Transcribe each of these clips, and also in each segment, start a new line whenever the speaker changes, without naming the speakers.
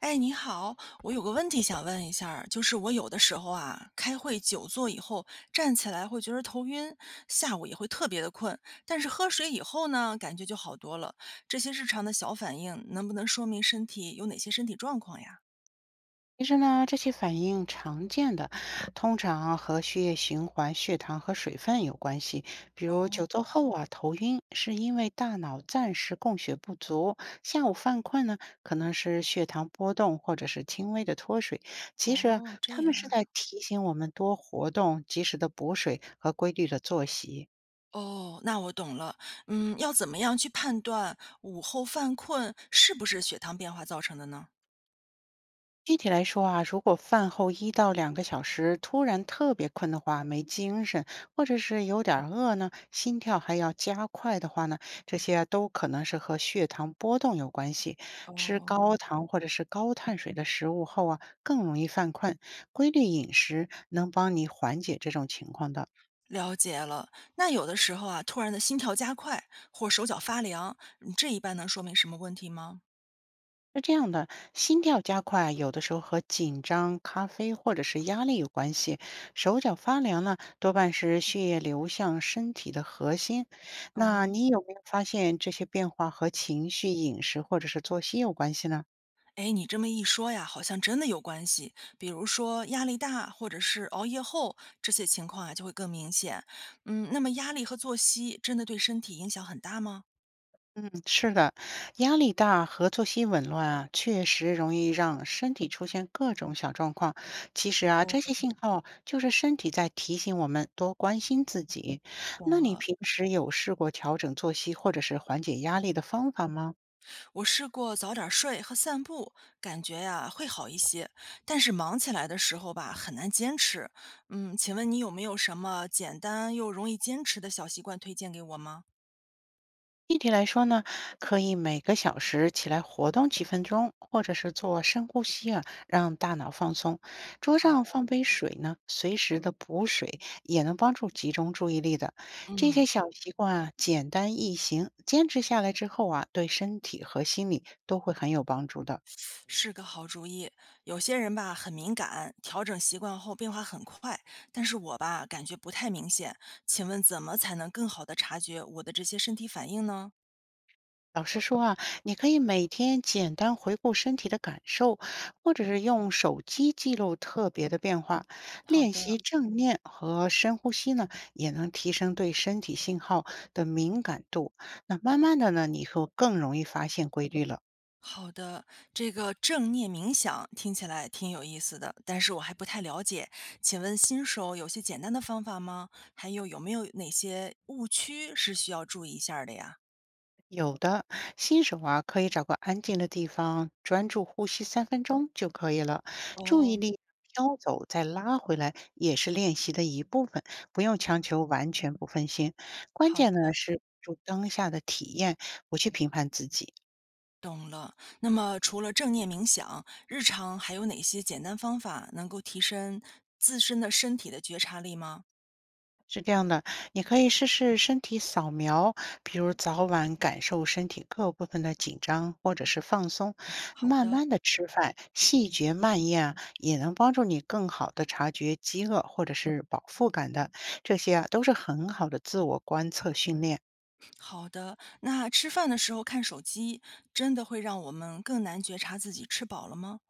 哎，你好，我有个问题想问一下儿，就是我有的时候啊，开会久坐以后站起来会觉得头晕，下午也会特别的困，但是喝水以后呢，感觉就好多了。这些日常的小反应，能不能说明身体有哪些身体状况呀？
其实呢，这些反应常见的，通常和血液循环、血糖和水分有关系。比如久
哦
坐后啊，头晕是因为大脑暂时供血不足；下午犯困呢，可能是血糖波动或者是轻微的脱水。其实啊，
哦，这
他们
样儿
是在
啊，
提醒我们多活动、及时的补水和规律的作息。
哦，那我懂了。嗯，要怎么样去判断午后犯困是不是血糖变化造成的呢？
具体来说啊，如果饭后1到2个小时突然特别困的话，没精神，或者是有点儿饿呢，心跳还要加快的话呢，这些啊都可能是和血糖波动有关系。吃
哦，
高糖或者是高碳水的食物后啊，更容易犯困。规律饮食能帮你缓解这种情况的。
了解了，那有的时候啊，突然的心跳加快或手脚发凉，嗯，这一般能说明什么问题吗？
是这样的，心跳加快有的时候和紧张、咖啡或者是压力有关系。手脚发凉呢，多半是血液流向身体的核心。那
哦，
你有没有发现这些变化和情绪、饮食或者是作息有关系呢？
哎，你这么一说呀，好像真的有关系。比如说压力大，或者是熬夜后，这些情况啊就会更明显。嗯，那么压力和作息真的对身体影响很大吗？
嗯，是的，压力大和作息紊乱啊，确实容易让身体出现各种小状况。其实啊，
哦，
这些信号就是身体在提醒我们多关心自己。那
懂
你
了。
平时有试过调整作息或者是缓解压力的方法吗？
我试过早点睡和散步，感觉呀会好一些，但是忙起来的时候吧，很难坚持。嗯，请问你有没有什么简单又容易坚持的小习惯推荐给我吗？
具体来说呢，可以每个小时起来活动几分钟，或者是做深呼吸啊，让大脑放松。桌
好的，
上放杯水呢，随时的补水也能帮助集中注意力的。这些
嗯，
小习惯啊，简单易行，坚持下来之后啊，对身体和心理都会很有帮助的。
是个好主意。有些人吧很敏感，调整习惯后变化很快，但是我吧感觉不太明显。请问怎么才能更好的察觉我的这些身体反应呢？
老师说啊，你可以每天简单回顾身体的感受，或者是用手机记录特别的变化。
好
练习
的。
正念和深呼吸呢，也能提升对身体信号的敏感度。那慢慢的呢，你会更容易发现规律了。
好的，这个正念冥想听起来挺有意思的，但是我还不太了解。请问新手有些简单的方法吗？还有有没有哪些误区是需要注意一下儿的呀？
有的，新手啊，可以找个安静的地方，专注呼吸3分钟就可以了。注意
哦，
力飘走再拉回来也是练习的一部分，不用强求完全不分心。关
好
键呢
的，
是关注当下的体验，不去评判自己。
懂了。那么除了正念冥想，日常还有哪些简单方法能够提升自身的身体的觉察力吗？
是这样的，你可以试试身体扫描，比如早晚感受身体各部分的紧张或者是放松，
好
慢
的，
慢的吃饭，细嚼慢咽啊，也能帮助你更好的察觉饥饿或者是饱腹感的，这些啊都是很好的自我观测训练。
好的。那吃饭的时候看手机，真的会让我们更难觉察自己吃饱了吗？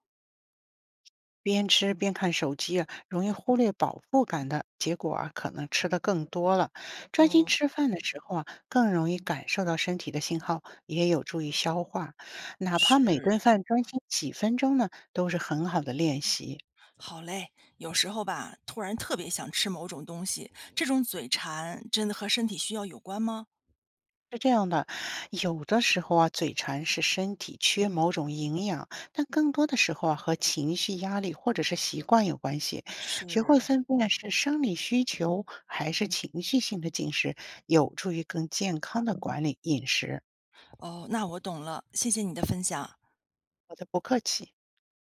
边吃边看手机啊，容易忽略饱腹感的结果啊，可能吃的更多了。专心
哦，
吃饭的时候啊，更容易感受到身体的信号，也有助于消化。哪怕每顿
是。
饭专心几分钟呢，都是很好的练习。
好嘞，有时候吧，突然特别想吃某种东西，这种嘴馋真的和身体需要有关吗？
是这样的，有的时候啊，嘴馋是身体缺某种营养，但更多的时候啊，和情绪、压力或者是习惯有关系。学
是，
会分辨是生理需求还是情绪性的进食，有助于更健康的管理饮食。
哦，那我懂了，谢谢你的分享。
好的不客气。